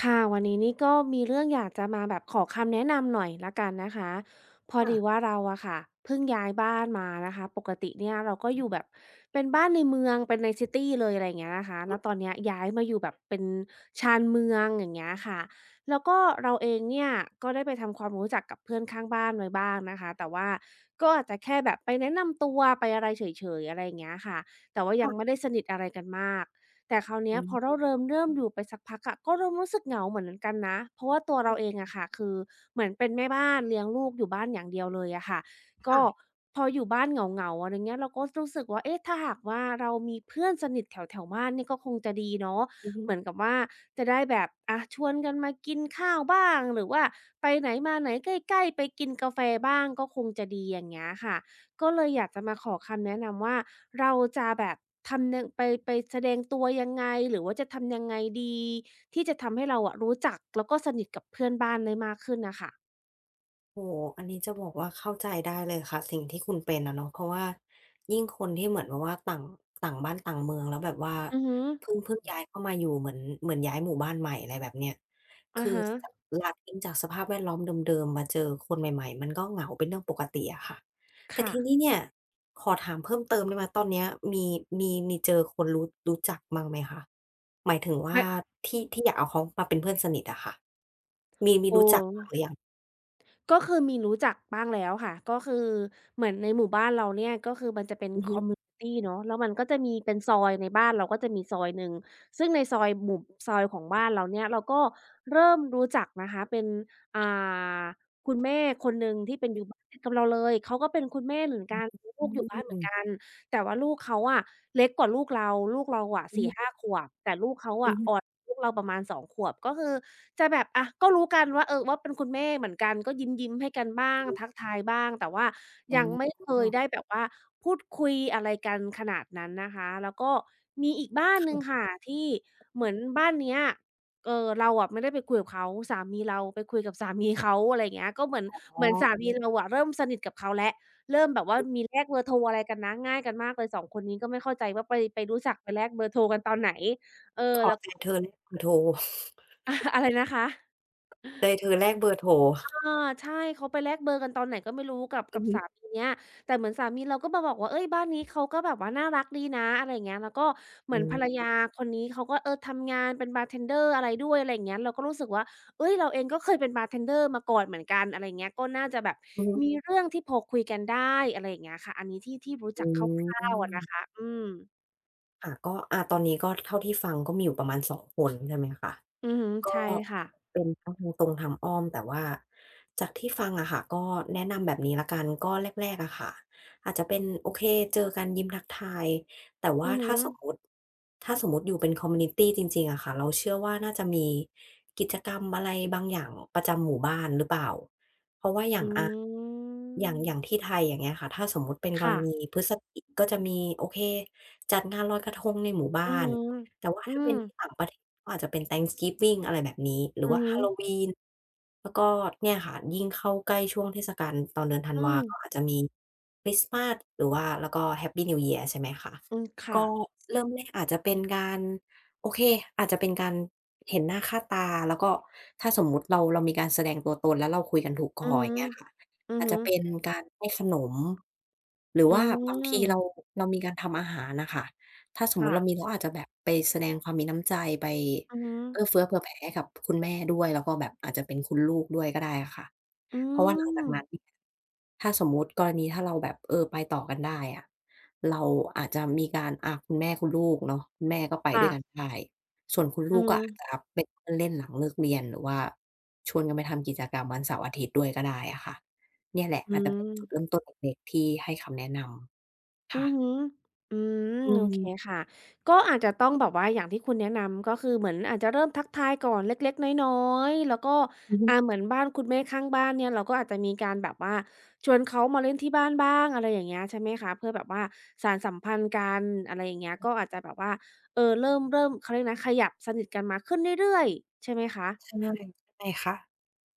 ค่ะวันนี้นี่ก็มีเรื่องอยากจะมาแบบขอคำแนะนำหน่อยละกันนะคะพอดีค่ะว่าเราอะค่ะเพิ่งย้ายบ้านมานะคะปกติเนี่ยเราก็อยู่แบบเป็นบ้านในเมืองเป็นในซิตีเลยอะไรอย่างเงี้ยนะคะแล้วตอนเนี้ยย้ายมาอยู่แบบเป็นชานเมืองอย่างเงี้ยค่ะแล้วก็เราเองเนี่ยก็ได้ไปทำความรู้จักกับเพื่อนข้างบ้านไว้บ้างนะคะแต่ว่าก็อาจจะแค่แบบไปแนะนำตัวไปอะไรเฉยๆอะไรอย่างเงี้ยค่ะแต่ว่ายังค่ะไม่ได้สนิทอะไรกันมาก แต่คราวเนี้ยอืพอเรามเริ่มอยู่ไปสักพักอะก็เริ่มรู้สึกเหงาเหมือนกันนะเพราะว่าตัวเราเองอะค่ะคือเหมือนเป็นแม่บ้านเลี้ยงลูกอยู่บ้านอย่างเดียวเลยอะค่ะก็ค่ะพออยู่บ้านเหงาๆอะไรเงี้ยเราก็รู้สึกว่าเอ๊ะถ้าหากว่าเรามีเพื่อนสนิทแถวๆบ้านนี่ก็คงจะดีเนาะอือฮึ เหมือนกับว่าจะได้แบบอะชวนกันมากินข้าวบ้างหรือว่าไปไหนมาไหนใกล้ๆไปกินกาแฟบ้างก็คงจะดีอย่างเงี้ยค่ะ ก็เลยอยากจะมาขอคำแนะนำว่าเราจะแบบทำยังไปไปแสดงตัวยังไงหรือว่าจะทำยังไงดีที่จะทำให้เราอะรู้จักแล้วก็สนิทกับเพื่อนบ้านได้มากขึ้นน่ะค่ะโอ้โฮอันนี้จะบอกว่าเข้าใจได้เลยค่ะสิ่งที่คุณเป็นอะเนาะเพราะว่ายิ่งคนที่เหมือนแบบว่าต่างต่างบ้านต่างเมืองแล้วแบบว่าอือฮึเพิ่งย้ายเข้ามาอยู่เหมือนย้ายหมู่บ้านใหม่อะไรแบบเนี้ยอะคือฮะจากลาทิ้งจากสภาพแวดล้อมเดิมๆมาเจอคนใหม่ๆมันก็เหงาเป็นเรื่องปกติอะค่ะแต่ค่ะทีนี้เนี่ยขอถามเพิ่มเติมได้ไหมตอนเนี้ยมีมีเจอคนรู้จักบ้างไหมคะหมายถึงว่าไม่ที่อยากเอาเขามาเป็นเพื่อนสนิทอะค่ะมีโอ้ รู้จักบ้างหรือยังก็คือมีรู้จักบ้างแล้วค่ะก็คือเหมือนในหมู่บ้านเราเนี่ยก็คือมันจะเป็นอือคฮึ อมมิวนิตีเนาะแล้วมันก็จะมีเป็นซอยในบ้านเราก็จะมีซอยหนึ่งซึ่งในซอยของบ้านเราเนี่ยเราก็เริ่มรู้จักนะคะเป็นอ่าคุณแม่คนหนึ่งที่เป็นอยู่บ้านติดกับเราเลยเขาก็เป็นคุณแม่เหมือนกันมีลูอืกอมยู่บ้านเหอืมือนมกัน แต่ว่าลูกเขาอะเล็กกว่าลูกเราลูกเราอะ4-5 ขวบแต่ลูกเขาอือะอ่อนมลูกเราประมาณ2 ขวบก็คือจะแบบอะก็รู้กันว่าเออว่าเป็นคุณแม่เหมือนกันก็ยิ้มๆให้กันบ้างทักทายบ้างแต่ว่าอ๋อยังไม่เคยได้แบบว่าพูดคุยอะไรกันขนาดนั้นนะคะแล้วก็มีอีกบ้านหนึ่งค่ะที่เหมือนบ้านเนี้ยเราอะไม่ได้ไปคุยกับเขาสามีเราไปคุยกับสามีเขาอะไรอย่างเงี้ยก็เหมือนอ๋เหอมือนสามีเราอะเริ่มสนิทกับเขาแล้ว เริ่มแบบว่ามีแลกเบอร์โทรอะไรกันนะง่ายกันมากเลยสองคนนี้ก็ไม่เข้าใจว่าไปรู้จักไปแลกเบอร์โทรกันตอนไหนเออขอแล้ว ใจเธอแลกเบอร์โทร อะไรนะคะ ใจเธอแลกเบอร์โทรเออใช่เขาไปแลกเบอร์กันตอนไหนก็ไม่รู้กับอืกัอบฮึสามีเนี้ยแต่เหมือนสามีเราก็มาบอกว่าเฮ้ยบ้านนี้เขาก็แบบว่าน่ารักดีนะอะไรอย่างเงี้ยแล้วก็เหมือือนภรรมยาคนนี้เขาก็ทำงานเป็นบาร์เทนเดอร์อะไรด้วยอะไรอย่างเงี้ยเราก็รู้สึกว่าเฮ้ยเราเองก็เคยเป็นบาร์เทนเดอร์มาก่อนเหมือนกันอะไรอย่างเงี้ยก็น่าจะแบบอือฮึมีเรื่องที่พอคุยกันได้อะไรอย่างเงี้ยค่ะอันนี้ที่รู้อืจักคร่าวๆอะนะคะมอืมค่ะก็อาตอนนี้ก็เท่าที่ฟังก็มีอยู่ประมาณ2คนใช่ไหมคะ อือฮึก็ใช่ค่ะเป็นทั้งทางตรงทางอ้อมแต่ว่าจากที่ฟังอะค่ะก็แนะนำแบบนี้แล้วกันก็แรกๆอะค่ะอาจจะเป็นโอเคเจอกันยิ้มทักทายแต่อืว่าอฮึถ้าสมมุติถ้าสมมุติอยู่เป็นคอมมิวนิตีจริงๆอะค่ะเราเชื่อว่าน่าจะมีกิจกรรมอะไรบางอย่างประจำหมู่บ้านหรือเปล่าเพราะว่าอย่าอืงอะอย่างมที่ไทยอย่างเงี้ยค่ะถ้าสมมุติเป็นกรค่ะณีพฤศจิก็จะมีโอเคจัดงานลอยกระทงในหมู่บ้าอือน ฮึแต่ว่าอืถ้าเป็มนที่ต่างประเทศก็อาจจะเป็น Thanksgiving อะไรแบบนี้หรืออือว่า ฮึ Halloween แล้วก็เนี่ยค่ะยิ่งเข้าใกล้ช่วงเทศกาลตอนเดือนธันอืวาม ก็อาจจะมีคริสต์มาสหรือว่าแล้วก็ Happy New Year ใช่ไหมคะอืมค่ะก็เริ่มแรกอาจจะเป็นการโอเคอาจจะเป็นการเห็นหน้าค่าตาแล้วก็ถ้าสมมุติเรามีการแสดงตัวตนแล้วเราคุยกันถูกคอือออฮึย่างเงี้ยค่ะอืออาจฮึจะเป็นการให้ขนมหรืออืว่าบางทีมเรามีการทำอาหารน่ะค่ะ ถ้าสมมุติค่ะเรามีเราอาจจะแบบไปแสดงความมีน้ำใจไปอือฮึเอื้อเฟื้อเผื่อแผ่ให้กับคุณแม่ด้วยแล้วก็แบบอาจจะเป็นคุณลูกด้วยก็ได้อะค่ะอืเพราะว่าหลังมจากนั้นเนี่ยถ้าสมมุติกรณีถ้าเราแบบเออไปต่อกันได้อะเราอาจจะมีการอ่าคุณแม่คุณลูกเนาะคุณแม่ก็ไปด้วค่ะยกันได้ส่วนคุณลูอือกฮึก็อาจจะเป็นเพื่อนเล่นหลังเลิกเรียนหรือว่าชวนกันไปทำกิจกรรมวันเสาร์อาทิตย์ด้วยก็ได้อะค่ะเนี่ยแหละอือาจจะเป็นจุดเริ่มม ต้นเล็กๆที่ให้คำแนะนำอืค่ะอฮึอืมอืโอเคมค่ะก็อาจจะต้องแบบว่าอย่างที่คุณแนะนำก็คือเหมือนอาจจะเริ่มทักทายก่อนเล็กๆน้อยๆแล้วก็อือฮึ เหมือนบ้านคุณแม่ข้างบ้านเนี่ยเราก็อาจจะมีการแบบว่าชวนเขามาเล่นที่บ้านบ้างอะไรอย่างเงี้ยใช่ไหมคะเพื่อแบบว่าสานสัมพันธ์กันอะไรอย่างเงี้ยก็อาจจะแบบว่าเริ่มเขาเรียกนะขยับสนิทกันมาขึ้นเรื่อยๆใช่ไหมคะใช่ใช่ค่ะ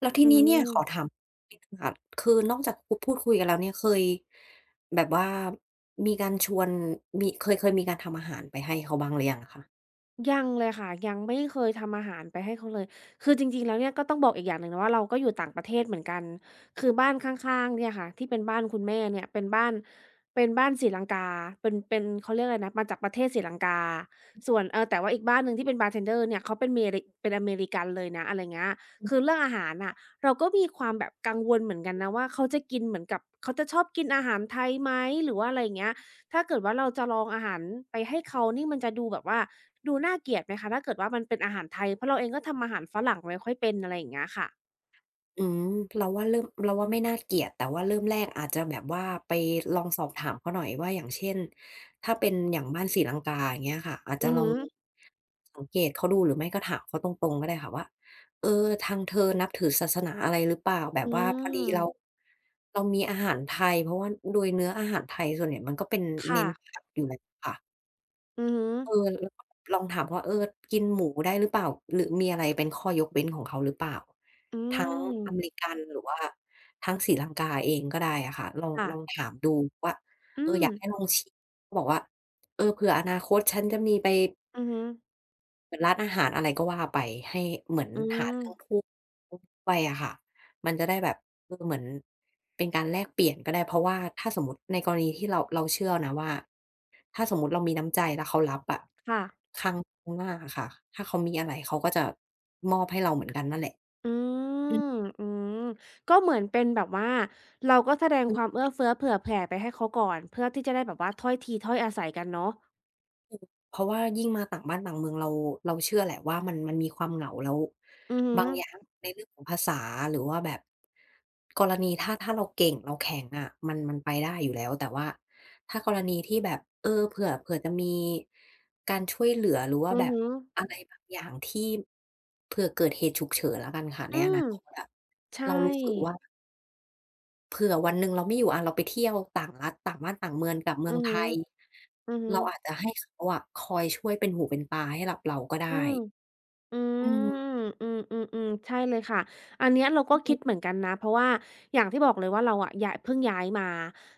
แล้วทีอืนี้เนี่ยขอม ถามนิดหนึ่งค่ะคือนอกจากพูดคุยกันแล้วเนี่ยเคยแบบว่ามีการชวนมีเคยมีการทำอาหารไปให้เขาบ้างหรือยังอะคะ ยังเลยค่ะยังไม่เคยทำอาหารไปให้เขาเลยคือจริงๆแล้วเนี่ยก็ต้องบอกอีกอย่างหนึ่งนะว่าเราก็อยู่ต่างประเทศเหมือนกันคือบ้านข้างๆเนี่ยค่ะที่เป็นบ้านคุณแม่เนี่ยเป็นบ้านศรีลังกาเป็นเขาเรียกอะไรนะมาจากประเทศศรีลังกาส่วนแต่ว่าอีกบ้านหนึ่งที่เป็นบาร์เทนเดอร์เนี่ยเขาเป็นอเมริกันเลยนะอะไรเงี้ยคือเรื่องอาหารน่ะเราก็มีความแบบกังวลเหมือนกันนะว่าเขาจะกินเหมือนกับเขาจะชอบกินอาหารไทยไหมหรือว่าอะไรเงี้ย ถ้าเกิดว่าเราจะลองอาหารไปให้เขานี่มันจะดูแบบว่าดูน่าเกลียดไหมคะถ้าเกิดว่ามันเป็นอาหารไทยเพราะเราเองก็ทำอาหารฝรั่งไม่ค่อยเป็นอะไรอย่างเงี้ยค่ะอืมเราว่าไม่น่าเกลียดแต่ว่าเริ่มแรกอาจจะแบบว่าไปลองสอบถามเขาหน่อยว่าอย่างเช่นถ้าเป็นอย่างบ้านศรีลังกาอย่างเงี้ยค่ะอาจอืจะอลอฮึงสังเกตเขาดูหรือไม่ก็ถามเขาตรงๆก็ได้ค่ะว่าเออทางเธอนับถือศาสนาอะไรหรือเปล่าแบบอืว่าพอดีเรามเรามีอาหารไทยเพราะว่าโดยเนื้ออาหารไทยส่วนใหญ่มันก็เป็นเน้นค่ะผักอยู่แล้วค่ะ อือฮึเออแล้วก็ลองถามว่าเออกินหมูได้หรือเปล่าหรือมีอะไรเป็นข้อยกเว้นของเขาหรือเปล่าอืทั้งอเมริมกันหรือว่าทั้งศรีลังกาเองก็ได้อะค่ะลองค่ะลองถามดูว่าเออืออมยากให้ลองชิมบอกว่าเออเผื่ออนาคตฉันจะมีไป อือฮึเหมือนร้านอาหารอะไรก็ว่าไปให้เหมือนอืหามเรื่องพูด ไปอะค่ะมันจะได้แบบเออเหมือนเป็นการแลกเปลี่ยนก็ได้เพราะว่าถ้าสมมุติในกรณีที่เราเชื่อนะว่าถ้าสมมุติเรามีน้ำใจแล้วเขารับอะค่ะครั้งหน้าอะค่ะถ้าเขามีอะไรเขาก็จะมอบให้เราเหมือนกันนั่นแหละอือืม มอืมก็เหมือนเป็นแบบว่าเราก็แสดงความเอื้อเฟื้อเผื่อแผ่ไปให้เขาก่อนเพื่อที่จะได้แบบว่าถ้อยทีถ้อยอาศัยกันเนาะเพราะว่ายิ่งมาต่างบ้านต่างเมืองเราเชื่อแหละว่ามันมีความเหงาแล้วอือฮึบางอย่างในเรื่องของภาษาหรือว่าแบบกรณีถ้าเราเก่งเราแข็งอะมันไปได้อยู่แล้วแต่ว่าถ้ากรณีที่แบบเออเผื่อจะมีการช่วยเหลือหรือว่าอืแบอบฮึอะไรบางอย่างที่เผื่อเกิดเหตุฉุกเฉินแล้วกันค่ะในอือมนาคตอะใช่เรารู้สึกว่า เผื่อวันหนึ่งเราไม่อยู่อะเราไปเที่ยวต่างรัฐต่างบ้านต่างเมืองกลับเมือืองอไทฮึยอือฮึ เราอาจจะให้เขาอะคอยช่วยเป็นหูเป็นตาให้กับเราก็อืได้ม อือืมมอืมอืมอืมใช่เลยค่ะ อันเนี้ยเราก็อืคิมดเหมือนกันนะ เพราะว่าอย่างที่บอกเลยว่าเราอะย้ายเพิ่งย้ายมา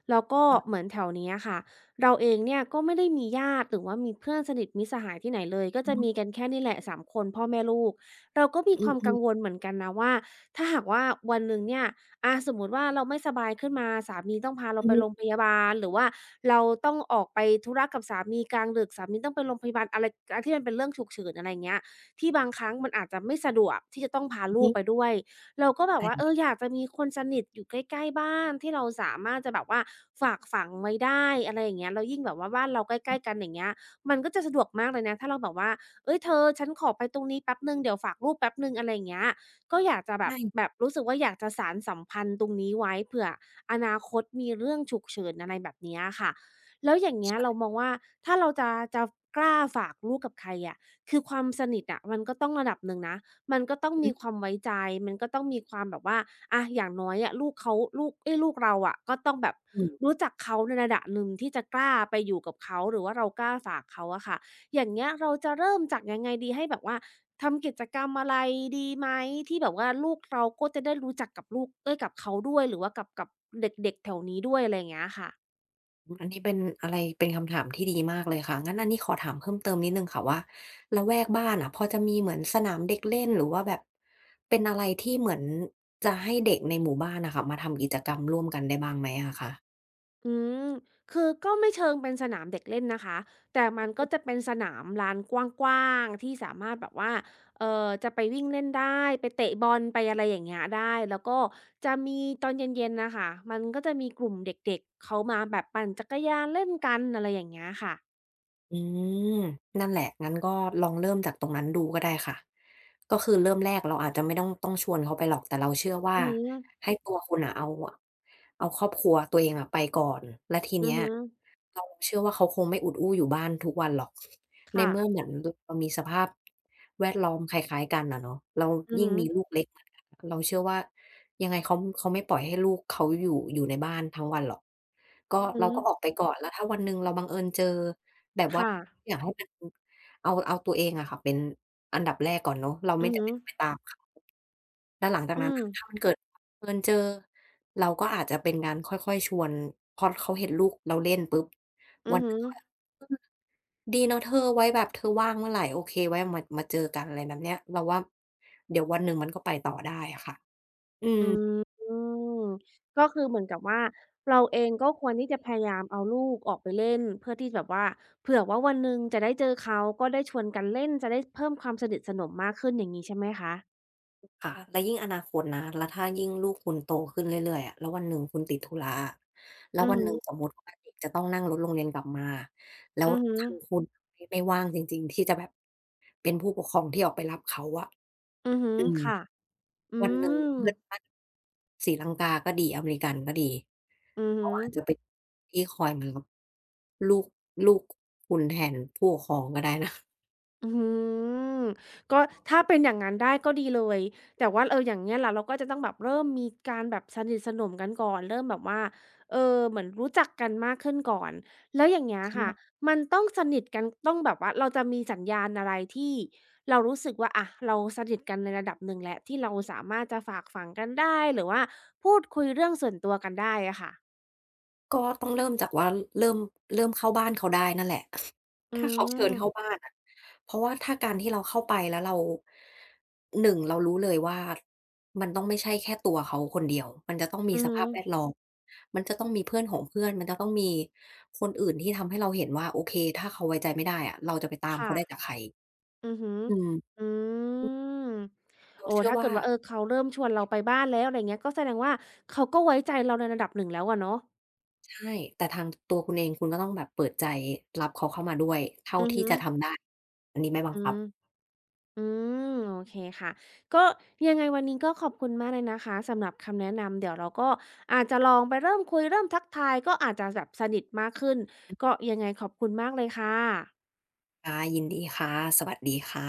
แล้วก็เหค่ะมือนแถวเนี้ยค่ะเราเองเนี่ยก็ไม่ได้มีญาติหรือว่ามีเพื่อนสนิทมิตรสหายที่ไหนเลยก็อือจะฮึมีกันแค่นี่แหละสามคนพ่อแม่ลูกเราก็มีความกังวอลเหมือนกันนะว่าถ้าหากว่าวันหนึ่งเนี่ยอาสมมุติว่าเราไม่สบายขึ้นมาสามีต้องพาเราอือไปโรงฮึพยาบาลหรือว่าเราต้องออกไปธุระกับสามีกลางดึกสามีต้องไปโรงพยาบาลอะไรอะไรที่มันเป็นเรื่องฉุกเฉินอะไรอย่างเงี้ย ที่บางครั้งมันอาจจะไม่สะดวกที่จะต้องพาอือลูกไปฮึด้วยเราก็แบบว่าเออใช่อยากจะมีคนสนิทอยู่ใกล้ๆบ้านที่เราสามารถจะแบบว่าฝากฝังไว้ได้อะไรอย่างเงี้ยแล้วยิ่งแบบว่าบ้านเราใกล้ๆกันอย่างเงี้ยมันก็จะสะดวกมากเลยนะถ้าเราแบบว่าเฮ้ยเธอฉันขอไปตรงนี้แป๊บหนึ่งเดี๋ยวฝากลูกแป๊บหนึ่งอะไรอย่างเงี้ยก็อยากจะแบบแบใช่บรู้สึกว่าอยากจะสานสัมพันธ์ตรงนี้ไว้เผื่ออนาคตมีเรื่องฉุกเฉินอะไรแบบเนี้ยค่ะแล้วอย่างเงี้ยเรามองว่าถ้าเราจะจะกล้าฝากลูกกับใครอะ คือความสนิทอะมันก็ต้องระดับหนึ่งนะมันก็ต้อือองมีคฮึวามไว้ใจมันก็ต้องมีความแบบว่าอะอย่างน้อยอะลูกเขาลูกเอ๊ยลูกเราอะก็ต้องแบบอืมรู้จักเขาในระดับหนึ่งที่จะกล้าไปอยู่กับเขาหรือว่าเรากล้าฝากเขาอะค่ะอย่างเงี้ยเราจะเริ่มจากยังไงดีให้แบบว่าทำกิจกรรมอะไรดีไหมที่แบบว่าลูกเราก็จะได้รู้จักกับลูกเอ๊ยกับเขาด้วยหรือว่ากับเด็กๆแถวนี้ด้วยอะไรอย่างเงี้ยค่ะ อันนี้เป็นอะไรเป็นคำถามที่ดีมากเลยค่ะงั้นอันนี้ขอถามเพิ่มเติมนิดหนึ่งค่ะว่าละแวกบ้านอะพอจะมีเหมือนสนามเด็กเล่นหรือว่าแบบเป็นอะไรที่เหมือนจะให้เด็กในหมู่บ้านน่ะค่ะมาทำกิจกรรมร่วมกันได้บ้างไหมอะคะ อืมคือก็ไม่เชิงเป็นสนามเด็กเล่นนะคะแต่มันก็จะเป็นสนามลานกว้างๆที่สามารถแบบว่าเอ่อจะไปวิ่งเล่นได้ ไปเตะบอลไปอะไรอย่างเงี้ยได้ แล้วก็จะมีตอนเย็นๆนะคะมันก็จะมีกลุ่มเด็กๆเขามาแบบปั่นจักรยานเล่นกันอะไรอย่างเงี้ยค่ะอืมนั่นแหละงั้นก็ลองเริ่มจากตรงนั้นดูก็ได้ค่ะ ก็คือเริ่มแรกเราอาจจะไม่ต้องชวนเขาไปหรอกแต่เราเชื่อว่าอือฮึให้ตัวคุณน่ะเอาครอบครัวตัวเองอะไปก่อน แล้วทีอืเนี้อยฮึเราเชื่อว่าเขาคงไม่อุดอู้อยู่บ้านทุกวันหรอกในค่ะเมื่อเหมือนรเรามีสภาพแวดล้อมคล้ายๆกันอะเนาะแล้วอือยิ่งฮึมีลูกเล็กเหมือนกันอะเราเชื่อว่ายังไงเขาไม่ปล่อยให้ลูกเขาอยู่ในบ้านทั้งวันหรอกก็อือฮึเราก็ออกไปก่อนแล้วถ้าวันหนึ่งเราบังเอิญเจอ แบบว่าค่ะอยากให้มันเอาตัวเองอะค่ะเป็นอันดับแรกก่อนเนาะเราอืไม่อจำฮึเป็นต้องไปตามเขาแล้วหลังจากอืนั้นมน่ะถ้ามันเกิดเอิญเจอเราก็อาจจะเป็นการค่อยๆชวนพอเขาเห็นลูกเราเล่นปุ๊บอืวัอนหฮึ นึ่งเขาแบบดีเนาะเธอไว้แบบเธอว่างเมื่อไหร่โอเคไว้มาเจอกันอะไรแบบเนี้ยเราว่าเดี๋ยววันหนึ่งมันก็ไปต่อได้อะค่ะอืม อืมก็คือเหมือนกับว่าเราเองก็ควรที่จะพยายามเอาลูกออกไปเล่นเพื่อที่แบบว่าเผื่อว่าวันหนึ่งจะได้เจอเขาก็ได้ชวนกันเล่นจะได้เพิ่มความสนิทสนมมากขึ้นอย่างงี้ใช่ไหมคะค่ะและยิ่งอนาคตนะแล้วถ้ายิ่งลูกคุณโตขึ้นเรื่อยๆอะแล้ววันหนึ่งคุณติดธุระอะแล้อืวอวันฮึหนึ่งสมมุติว่าเด็กจะต้องนั่งรถโรงเรียนกลับมาแล้วอือฮึทางคุณไม่ว่างจริงๆที่จะแบบเป็นผู้ปกครองที่ออกไปรับเขาอะอือฮึอืมค่ะอืวันหนึ่งมเพื่อนบ้านศรีลังกาก็ดีอเมริกันก็ดีอือฮึ เขาอาจจะเป็นที่คอยมารับลูกลูกคุณแทนผู้ปกครองก็ได้นะอืมก็ถ้าเป็นอย่างนั้นได้ก็ดีเลยแต่ว่าเอออย่างเงี้ยล่ะเราก็จะต้องแบบเริ่มมีการแบบสนิทสนมกันก่อนเริ่มแบบว่าเออเหมือนรู้จักกันมากขึ้นก่อนแล้วอย่างเงี้ยค่ะใช่มันต้องสนิทกันต้องแบบว่าเราจะมีสัญญาณอะไรที่เรารู้สึกว่าอะเราสนิทกันในระดับหนึ่งแล้วที่เราสามารถจะฝากฝังกันได้หรือว่าพูดคุยเรื่องส่วนตัวกันได้อะค่ะก็ต้องเริ่มจากว่าเริ่มเริ่มเข้าบ้านเขาได้นั่นแหละ อืถ้าเขาเชิญมเข้าบ้านอะเพราะว่าถ้าการที่เราเข้าไปแล้วเราหนึ่งเรารู้เลยว่ามันต้องไม่ใช่แค่ตัวเขาคนเดียวมันจะต้องมีอือสฮึภาพแวดล้อมมันจะต้องมีเพื่อนของเพื่อนมันจะต้องมีคนอื่นที่ทำให้เราเห็นว่าโอเคถ้าเขาไว้ใจไม่ได้อะเราจะไปตามเขาค่ะ ได้จากใครอือฮึออืมอืมเราโอ้เชื่อถ้าเกิว่าดว่าเออเขาเริ่มชวนเราไปบ้านแล้วอะไรเงี้ยก็แสดงว่าเขาก็ไว้ใจเราในระดับหนึ่งแล้วอะเนาะใช่แต่ทางตัวคุณเองคุณก็ต้องแบบเปิดใจรับเขาเข้ามาด้วยเท่าอือที่ฮึจะทำได้อันนี้ไม่บังอืคับมอืมโอเคค่ะก็ยังไงวันนี้ก็ขอบคุณมากเลยนะคะสำหรับคำแนะนำ เดี๋ยวเราก็อาจจะลองไปเริ่มคุยเริ่มทักทายก็อาจจะแบบสนิทมากขึ้น ก็ยังไงขอบคุณมากเลยค่ะค่ะยินดีค่ะสวัสดีค่ะ